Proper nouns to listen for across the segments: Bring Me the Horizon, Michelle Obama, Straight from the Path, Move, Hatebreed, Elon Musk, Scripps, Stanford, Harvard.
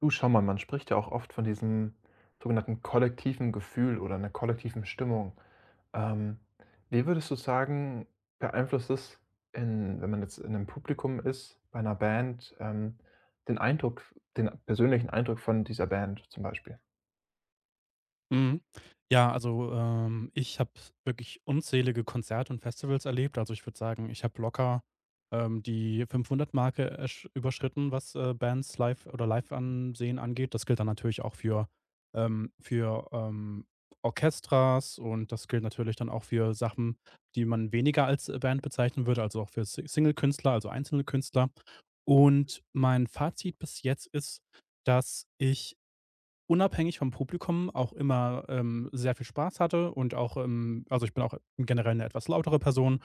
Du, schau mal, man spricht ja auch oft von diesem sogenannten kollektiven Gefühl oder einer kollektiven Stimmung. Ähm, Wie würdest du sagen, beeinflusst es in wenn man jetzt in einem Publikum ist, bei einer Band, den Eindruck den persönlichen Eindruck von dieser Band zum Beispiel? Mhm. Ja, also, ich habe wirklich unzählige Konzerte und Festivals erlebt. Also, ich würde sagen, ich habe locker, die 500 Marke ersch überschritten, was, Bands live oder Live-Ansehen angeht. Das gilt dann natürlich auch für ähm, für, ähm, Orchestras und das gilt natürlich dann auch für Sachen, die man weniger als, Band bezeichnen würde, also auch für Si Single-Künstler, also einzelne Künstler. Und mein Fazit bis jetzt ist, dass ich unabhängig vom Publikum auch immer, sehr viel Spaß hatte und auch, also, ich bin auch generell eine etwas lautere Person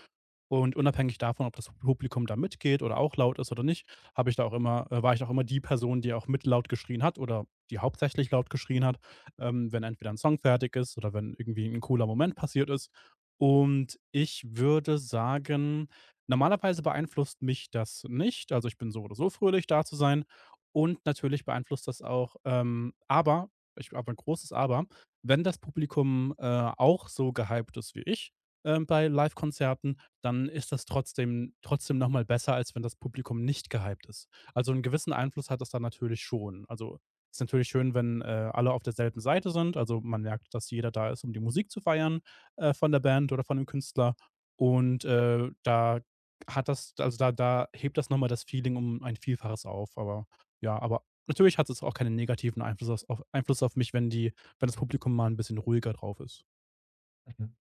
und unabhängig davon, ob das Publikum da mitgeht oder auch laut ist oder nicht, habe ich da auch immer war ich da auch immer die Person, die auch mit laut geschrien hat oder die hauptsächlich laut geschrien hat, wenn entweder ein Song fertig ist oder wenn irgendwie ein cooler Moment passiert ist. Und ich würde sagen, normalerweise beeinflusst mich das nicht. Also, ich bin so oder so fröhlich, da zu sein. Und natürlich beeinflusst das auch, aber ich habe ein großes Aber, wenn das Publikum, auch so gehypt ist wie ich, bei Livekonzerten, dann ist das trotzdem noch mal besser, als wenn das Publikum nicht gehypt ist. Also, einen gewissen Einfluss hat das dann natürlich schon. Also, ist natürlich schön, wenn, alle auf derselben Seite sind. Also, man merkt, dass jeder da ist, um die Musik zu feiern, von der Band oder von dem Künstler. Und, da hat das also, da da hebt das noch mal das Feeling um ein Vielfaches auf. Aber ja, aber natürlich hat es auch keinen negativen Einfluss aus auf Einfluss auf mich, wenn die wenn das Publikum mal ein bisschen ruhiger drauf ist. Mhm.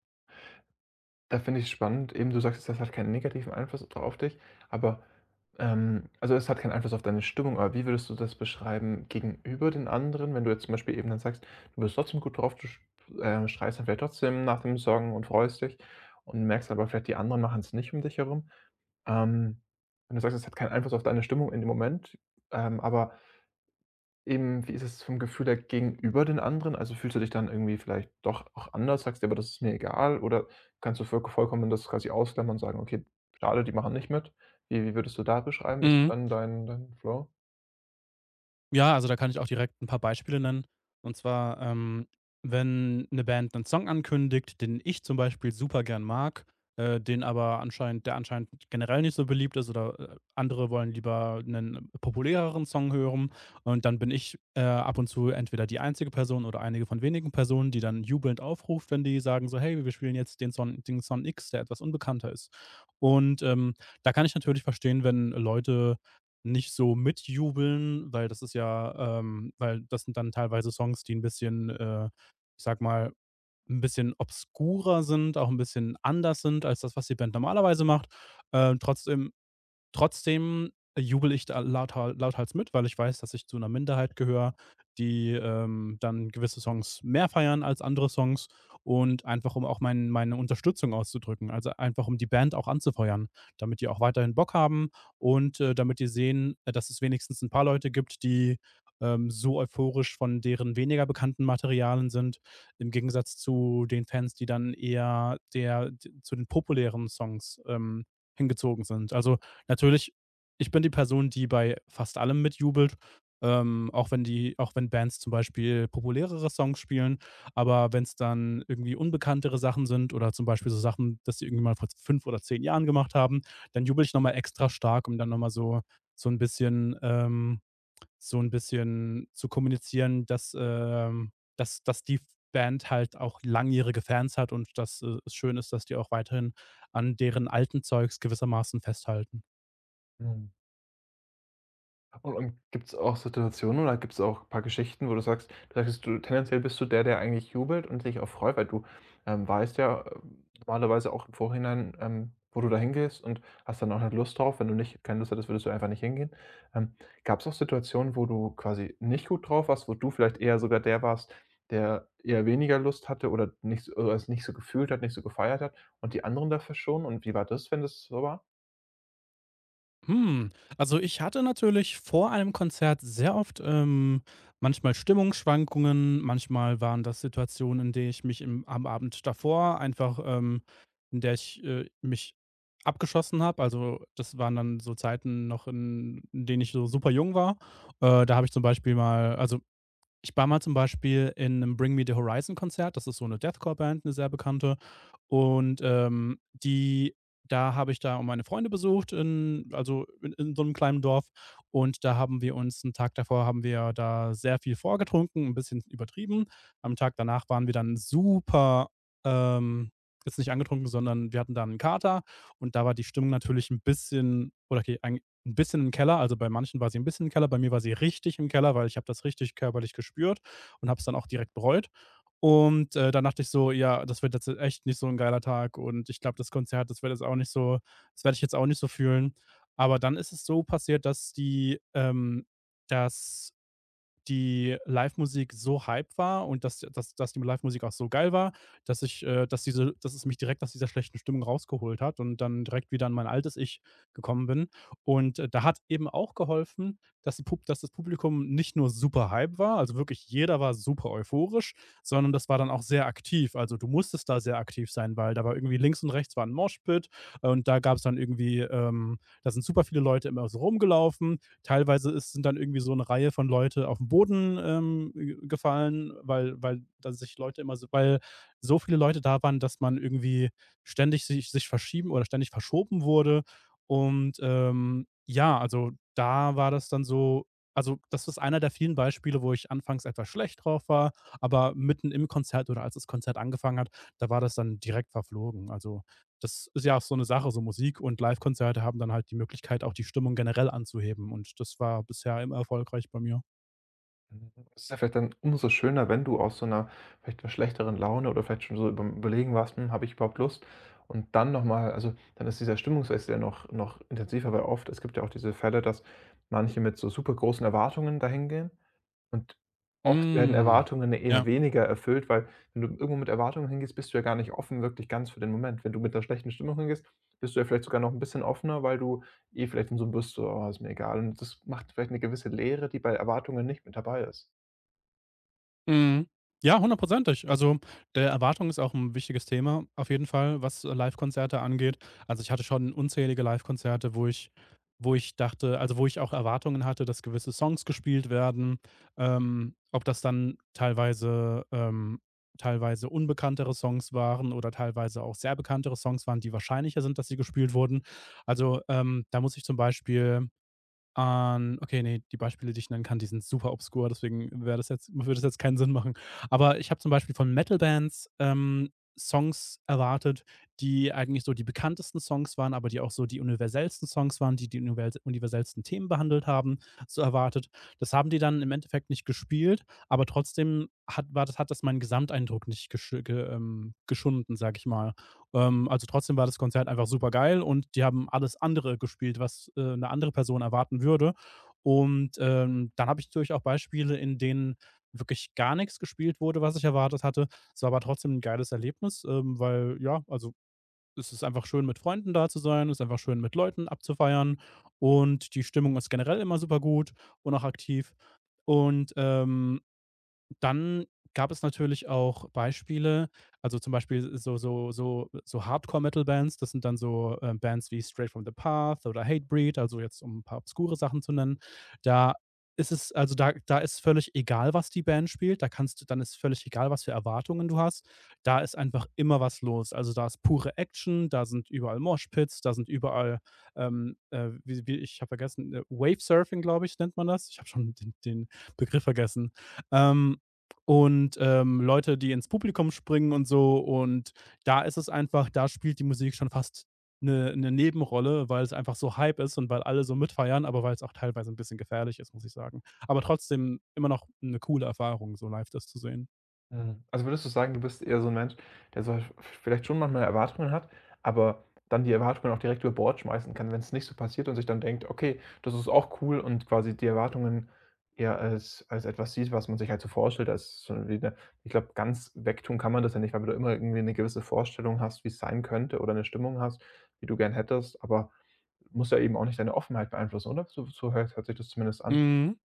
Da finde ich spannend. Eben, du sagst, das hat halt keinen negativen Einfluss auf dich, aber, also, es hat keinen Einfluss auf deine Stimmung, aber wie würdest du das beschreiben gegenüber den anderen, wenn du jetzt zum Beispiel eben dann sagst, du bist trotzdem gut drauf, du sch schreist dann vielleicht trotzdem nach dem Song und freust dich und merkst aber vielleicht, die anderen machen es nicht um dich herum. Ähm, Wenn du sagst, es hat keinen Einfluss auf deine Stimmung in dem Moment, aber Eben, wie ist es vom Gefühl her gegenüber den anderen? Also, fühlst du dich dann irgendwie vielleicht doch auch anders? Sagst dir: „Aber das ist mir egal“, oder kannst du vollkommen das quasi ausklammern und sagen: „Okay, schade, die machen nicht mit.“ Wie würdest du da beschreiben? Ist so Mhm. dann dein Flow? Ja, also da kann ich auch direkt ein paar Beispiele nennen. Und zwar, wenn eine Band einen Song ankündigt, den ich zum Beispiel super gern mag, den aber anscheinend der anscheinend generell nicht so beliebt ist oder, andere wollen lieber einen populäreren Song hören. Und dann bin ich, ab und zu entweder die einzige Person oder einige von wenigen Personen, die dann jubelnd aufruft, wenn die sagen so: „Hey, wir spielen jetzt den Song X, der etwas unbekannter ist." Und, da kann ich natürlich verstehen, wenn Leute nicht so mitjubeln, weil das sind dann teilweise Songs, die ein bisschen, ich sag mal ein bisschen obskurer sind, auch ein bisschen anders sind als das, was die Band normalerweise macht. Ähm, trotzdem Trotzdem jubel ich da lauthals mit, weil ich weiß, dass ich zu einer Minderheit gehöre, die, dann gewisse Songs mehr feiern als andere Songs und einfach, um auch meine Unterstützung auszudrücken, also, einfach, um die Band auch anzufeuern, damit die auch weiterhin Bock haben und, damit die sehen, dass es wenigstens ein paar Leute gibt, die, so euphorisch von deren weniger bekannten Materialien sind, im Gegensatz zu den Fans, die dann eher der zu den populären Songs, hingezogen sind. Also, natürlich, ich bin die Person, die bei fast allem mitjubelt, auch wenn Bands zum Beispiel populärere Songs spielen, aber wenn es dann irgendwie unbekanntere Sachen sind oder zum Beispiel so Sachen, dass die irgendwie mal vor 5 oder 10 Jahren gemacht haben, dann jubel ich noch mal extra stark, um dann noch mal so ein bisschen zu kommunizieren, dass, die Band halt auch langjährige Fans hat und dass, es schön ist, dass die auch weiterhin an deren alten Zeugs gewissermaßen festhalten. Mhm. Und gibt es auch Situationen oder gibt es auch ein paar Geschichten, wo du sagst du sagtest, du tendenziell bist du der, der eigentlich jubelt und sich auch freut, weil du, weißt ja, normalerweise auch im Vorhinein, wo du da hingehst und hast dann auch nicht Lust drauf. Wenn du nicht keine Lust hättest, würdest du einfach nicht hingehen. Ähm, gab es auch Situationen, wo du quasi nicht gut drauf warst, wo du vielleicht eher sogar der warst, der eher weniger Lust hatte oder nicht so oder es nicht so gefühlt hat, nicht so gefeiert hat und die anderen dafür schon? Und wie war das, wenn das so war? Hm, also ich hatte natürlich vor einem Konzert sehr oft, manchmal Stimmungsschwankungen, manchmal waren das Situationen, in denen ich mich am Abend davor einfach, in der ich mich abgeschossen habe. Also das waren dann so Zeiten noch, in denen ich so super jung war. Da habe ich zum Beispiel mal, also ich war mal zum Beispiel in einem Bring Me the Horizon Konzert, das ist so eine Deathcore-Band, eine sehr bekannte. Und, die da habe ich da meine Freunde besucht in also, in so einem kleinen Dorf. Und da haben wir uns einen Tag davor haben wir da sehr viel vorgetrunken, ein bisschen übertrieben. Am Tag danach waren wir dann super, ähm jetzt nicht angetrunken, sondern wir hatten da 'n Kater und da war die Stimmung natürlich ein bisschen oder okay, 'n bisschen im Keller, also, bei manchen war sie 'n bisschen im Keller, bei mir war sie richtig im Keller, weil ich habe das richtig körperlich gespürt und habe es dann auch direkt bereut. Und, dann dachte ich so: „Ja, das wird jetzt echt nicht so 'n geiler Tag und ich glaube, das Konzert, das werde ich jetzt auch nicht so fühlen." Aber dann ist es so passiert, dass dass die Live-Musik so Hype war und dass die Musik auch so geil war, dass ich, dass diese dass es mich direkt aus dieser schlechten Stimmung rausgeholt hat und dann direkt wieder an mein altes Ich gekommen bin. Und, da hat eben auch geholfen, dass die Pub dass das Publikum nicht nur super Hype war, also wirklich jeder war super euphorisch, sondern das war dann auch sehr aktiv. Also, du musstest da sehr aktiv sein, weil da war irgendwie links und rechts war ein Moshpit, und da gab es dann irgendwie da sind super viele Leute immer so rumgelaufen. Teilweise sind dann irgendwie so eine Reihe von Leute auf den Boden gefallen, weil, weil da sich Leute immer so, weil so viele Leute da waren, dass man irgendwie ständig sich verschieben oder ständig verschoben wurde. Und ja, also da war das dann so, also das ist einer der vielen Beispiele, wo ich anfangs etwas schlecht drauf war, aber mitten im Konzert oder als das Konzert angefangen hat, da war das dann direkt verflogen. Also das ist ja auch so eine Sache, so Musik und Livekonzerte haben dann halt die Möglichkeit, auch die Stimmung generell anzuheben und das war bisher immer erfolgreich bei mir. Mhm. Es ist ja vielleicht dann umso schöner, wenn du aus so einer vielleicht einer schlechteren Laune oder vielleicht schon so über Überlegen warst: „Hm, habe ich überhaupt Lust?“ Und dann noch mal also, dann ist dieser Stimmungswechsel ja noch intensiver, weil oft es gibt ja auch diese Fälle, dass manche mit so super großen Erwartungen dahingehen und oft werden Hm. Erwartungen eher Ja. weniger erfüllt, weil wenn du irgendwo mit Erwartungen hingehst, bist du ja gar nicht offen wirklich ganz für den Moment. Wenn du mit 'ner schlechten Stimmung hingehst, bist du ja vielleicht sogar noch ein bisschen offener, weil du eh vielleicht in so 'nem bist so: „Ah, ist mir egal.“ Und das macht vielleicht eine gewisse Leere, die bei Erwartungen nicht mit dabei ist. Mhm. Ja, hundertprozentig. Also, der Erwartung ist auch ein wichtiges Thema auf jeden Fall, was Livekonzerte angeht. Also, ich hatte schon unzählige Livekonzerte, wo ich auch Erwartungen hatte, dass gewisse Songs gespielt werden. Ob das dann teilweise unbekanntere Songs waren oder teilweise auch sehr bekanntere Songs waren, die wahrscheinlicher sind, dass sie gespielt wurden. Also, da muss ich zum Beispiel an okay, nee, die Beispiele, die ich nennen kann, die sind super obskur, deswegen wäre das jetzt würde das jetzt keinen Sinn machen. Aber ich habe zum Beispiel von Metal-Bands, Songs erwartet, die eigentlich so die bekanntesten Songs waren, aber die auch so die universellsten Songs waren, die universellsten Themen behandelt haben, so erwartet. Das haben die dann im Endeffekt nicht gespielt, aber trotzdem hat das meinen Gesamteindruck nicht geschunden, sage ich mal. Also trotzdem war das Konzert einfach super geil und die haben alles andere gespielt, was, 'ne andere Person erwarten würde. Und, dann habe ich natürlich auch Beispiele, in denen wirklich gar nichts gespielt wurde, was ich erwartet hatte. Es war aber trotzdem ein geiles Erlebnis, weil ja, also, es ist einfach schön, mit Freunden da zu sein, es ist einfach schön, mit Leuten abzufeiern und die Stimmung ist generell immer super gut und auch aktiv. Und, dann gab es natürlich auch Beispiele, also zum Beispiel so Hardcore-Metal-Bands, das sind dann so, Bands wie Straight from the Path oder Hatebreed, also jetzt um ein paar obskure Sachen zu nennen. Da ist es also da da ist völlig egal, was die Band spielt. Da kannst du dann Ist völlig egal, was für Erwartungen du hast. Da ist einfach immer was los. Also, da ist pure Action, da sind überall Moshpits, da sind überall, wie wie ich habe vergessen, Wave Surfing, glaube ich, nennt man das. Ich habe schon den Begriff vergessen. Ähm und, Leute, die ins Publikum springen und so. Und da ist es einfach da spielt die Musik schon fast eine Nebenrolle, weil es einfach so Hype ist und weil alle so mitfeiern, aber weil es auch teilweise ein bisschen gefährlich ist, muss ich sagen. Aber trotzdem immer noch eine coole Erfahrung, so live das zu sehen. Mhm. Also würdest du sagen, du bist eher so ein Mensch, der so v vielleicht schon manchmal Erwartungen hat, aber dann die Erwartungen auch direkt über Bord schmeißen kann, wenn es nicht so passiert und sich dann denkt: „Okay, das ist auch cool“, und quasi die Erwartungen eher als etwas sieht, was man sich halt so vorstellt, als schon wieder ich glaube, ganz wegtun kann man das ja nicht, weil du immer irgendwie eine gewisse Vorstellung hast, wie es sein könnte oder eine Stimmung hast, die du gern hättest, aber muss ja eben auch nicht deine Offenheit beeinflussen, oder? So so hört sich das zumindest an. Mhm.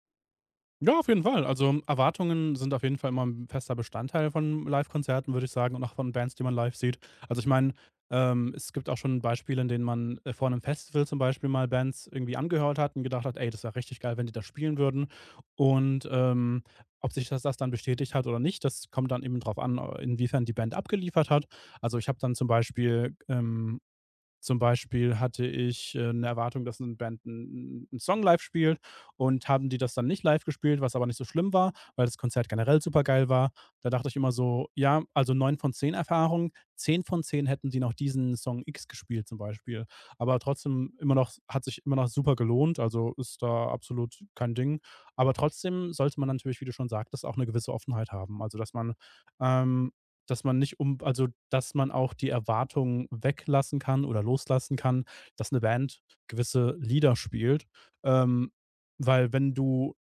Ja, auf jeden Fall. Also, Erwartungen sind auf jeden Fall immer ein fester Bestandteil von Live-Konzerten, würde ich sagen, und auch von Bands, die man live sieht. Also, ich meine, es gibt auch schon Beispiele, in denen man, vor einem Festival zum Beispiel mal Bands irgendwie angehört hat und gedacht hat: „Ey, das wäre richtig geil, wenn die das spielen würden.“ Und, ähm, ob sich das dann bestätigt hat oder nicht, das kommt dann eben drauf an, inwiefern die Band abgeliefert hat. Also, ich habe dann zum Beispiel, zum Beispiel hatte ich, 'ne Erwartung, dass 'ne Band einen Song live spielt und haben die das dann nicht live gespielt, was aber nicht so schlimm war, weil das Konzert generell super geil war. Da dachte ich immer so: „Ja, also 9 von 10 Erfahrungen, 10 von 10 hätten sie noch diesen Song X gespielt“, zum Beispiel. Aber trotzdem immer noch hat sich immer noch super gelohnt, also ist da absolut kein Ding. Aber trotzdem sollte man natürlich, wie du schon sagtest, auch eine gewisse Offenheit haben. Also, ähm dass man nicht um also, dass man auch die Erwartungen weglassen kann oder loslassen kann, dass eine Band gewisse Lieder spielt. Ähm, weil wenn du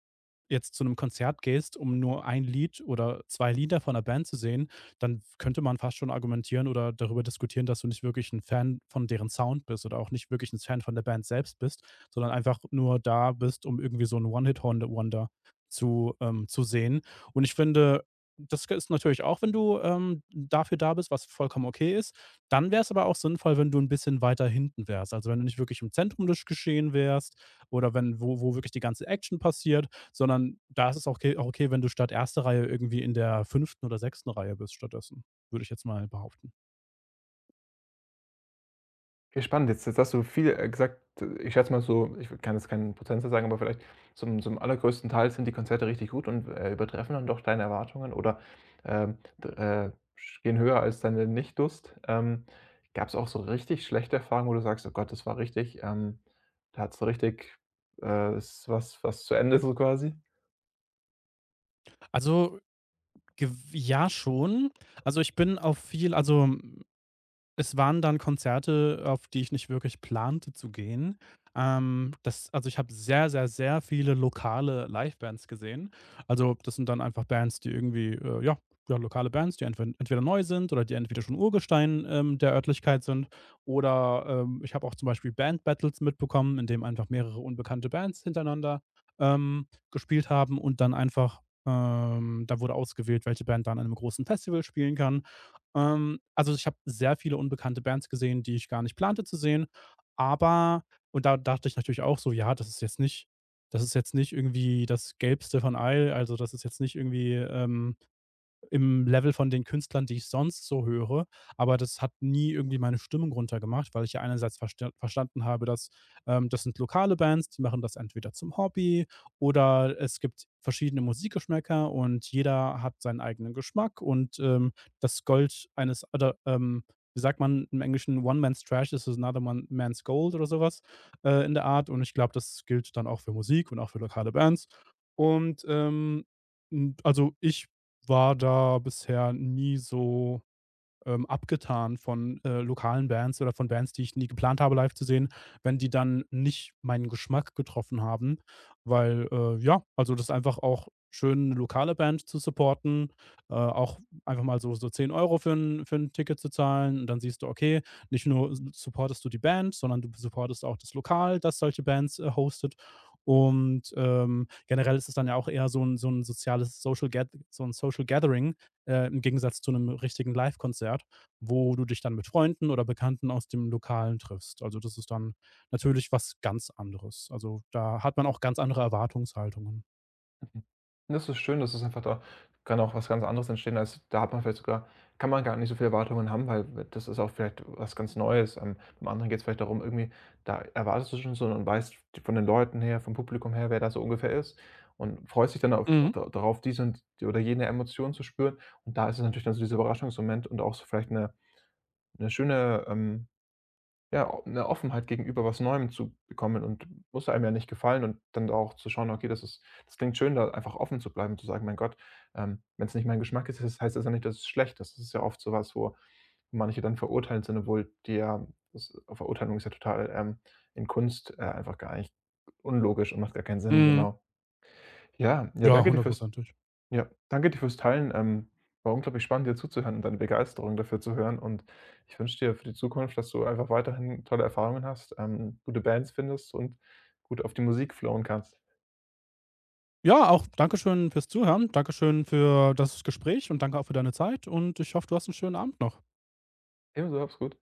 jetzt zu einem Konzert gehst, um nur ein Lied oder 2 Lieder von 'ner Band zu sehen, dann könnte man fast schon argumentieren oder darüber diskutieren, dass du nicht wirklich ein Fan von deren Sound bist oder auch nicht wirklich ein Fan von der Band selbst bist, sondern einfach nur da bist, um irgendwie so ein one hit wonder zu sehen. Und ich finde, das ist natürlich auch, wenn du, dafür da bist, was vollkommen okay ist. Dann wäre es aber auch sinnvoll, wenn du ein bisschen weiter hinten wärst. Also, wenn du nicht wirklich im Zentrum des Geschehen wärst oder wenn wo wo wirklich die ganze Action passiert, sondern da ist es auch okay, wenn du statt erster Reihe irgendwie in der fünften oder sechsten Reihe bist stattdessen, würde ich jetzt mal behaupten. Okay, spannend. Jetzt hast du viel, gesagt. Ich schätze mal so, ich kann jetzt keinen Prozentsatz sagen, aber vielleicht zum allergrößten Teil sind die Konzerte richtig gut und, übertreffen dann doch deine Erwartungen oder, d sch gehen höher als deine Nicht-Lust. Gab es auch so richtig schlechte Erfahrungen, wo du sagst: „Oh Gott, das war richtig, da hat's so richtig ist was was zu Ende so quasi?“ Also, gew ja schon. Also, ich bin auf viel also es waren dann Konzerte, auf die ich nicht wirklich plante zu gehen. Ich habe sehr, sehr, sehr viele lokale Livebands gesehen. Also, das sind dann einfach Bands, die irgendwie, ja, lokale Bands, die entwen entweder neu sind oder die entweder schon Urgestein, der Örtlichkeit sind oder, ich habe auch zum Beispiel Band Battles mitbekommen, in dem einfach mehrere unbekannte Bands hintereinander, gespielt haben und dann einfach da wurde ausgewählt, welche Band dann an einem großen Festival spielen kann. Also, ich habe sehr viele unbekannte Bands gesehen, die ich gar nicht plante zu sehen, aber und da dachte ich natürlich auch so: „Ja, das ist jetzt nicht irgendwie das Gelbste von Eil. Also, das ist jetzt nicht irgendwie, im Level von den Künstlern, die ich sonst so höre, aber das hat nie irgendwie meine Stimmung runtergemacht, weil ich ja einerseits verstanden habe, dass, das sind lokale Bands, die machen das entweder zum Hobby oder es gibt verschiedene Musikgeschmäcker und jeder hat seinen eigenen Geschmack und, das Gold eines oder, wie sagt man im Englischen, „One man's trash is another man's gold“ oder sowas in der Art, und ich glaube, das gilt dann auch für Musik und auch für lokale Bands und, hm, also ich war da bisher nie so abgetan von, lokalen Bands oder von Bands, die ich nie geplant habe, live zu sehen, wenn die dann nicht meinen Geschmack getroffen haben, weil, ja, also, das ist einfach auch schön, 'ne lokale Band zu supporten, auch einfach mal so 10 Euro für 'n für ein Ticket zu zahlen, und dann siehst du, okay, nicht nur s supportest du die Band, sondern du supportest auch das Lokal, das solche Bands, hostet, und, generell ist es dann ja auch eher so ein soziales Social Get so ein Social Gathering, im Gegensatz zu einem richtigen Livekonzert, wo du dich dann mit Freunden oder Bekannten aus dem Lokalen triffst. Also, das ist dann natürlich was ganz anderes. Also, da hat man auch ganz andere Erwartungshaltungen. Mhm. Das ist schön, das ist einfach da kann auch was ganz anderes entstehen, als da hat man vielleicht sogar kann man gar nicht so viele Erwartungen haben, weil das ist auch vielleicht was ganz Neues. Beim anderen geht es vielleicht darum, irgendwie da erwartest du schon so und weißt von den Leuten her, vom Publikum her, wer da so ungefähr ist und freust dich dann auf Mhm, da darauf, diese und die oder jene Emotion zu spüren. Und da ist es natürlich dann so dieser Überraschungsmoment und auch so vielleicht eine schöne, ja, o 'ne Offenheit gegenüber was Neuem zu bekommen und muss einem ja nicht gefallen und dann auch zu schauen: „Okay, das ist das klingt schön“, da einfach offen zu bleiben und zu sagen: „Mein Gott, wenn es nicht mein Geschmack ist, das heißt das ja nicht, dass es schlecht ist.“ Das ist ja oft so was, wo manche dann verurteilen sind, obwohl die ja das Verurteilung ist ja total, in Kunst, einfach gar nicht unlogisch und macht gar keinen Sinn, mhm. genau. Ja, ja, Ja, danke dir fürs 100-prozentig. ja, danke dir fürs Teilen. War unglaublich spannend, dir zuzuhören und deine Begeisterung dafür zu hören. Und ich wünsche dir für die Zukunft, dass du einfach weiterhin tolle Erfahrungen hast, gute Bands findest und gut auf die Musik flowen kannst. Ja, auch dankeschön fürs Zuhören. Dankeschön für das Gespräch und danke auch für deine Zeit, und ich hoffe, du hast einen schönen Abend noch. Ebenso, hab's gut.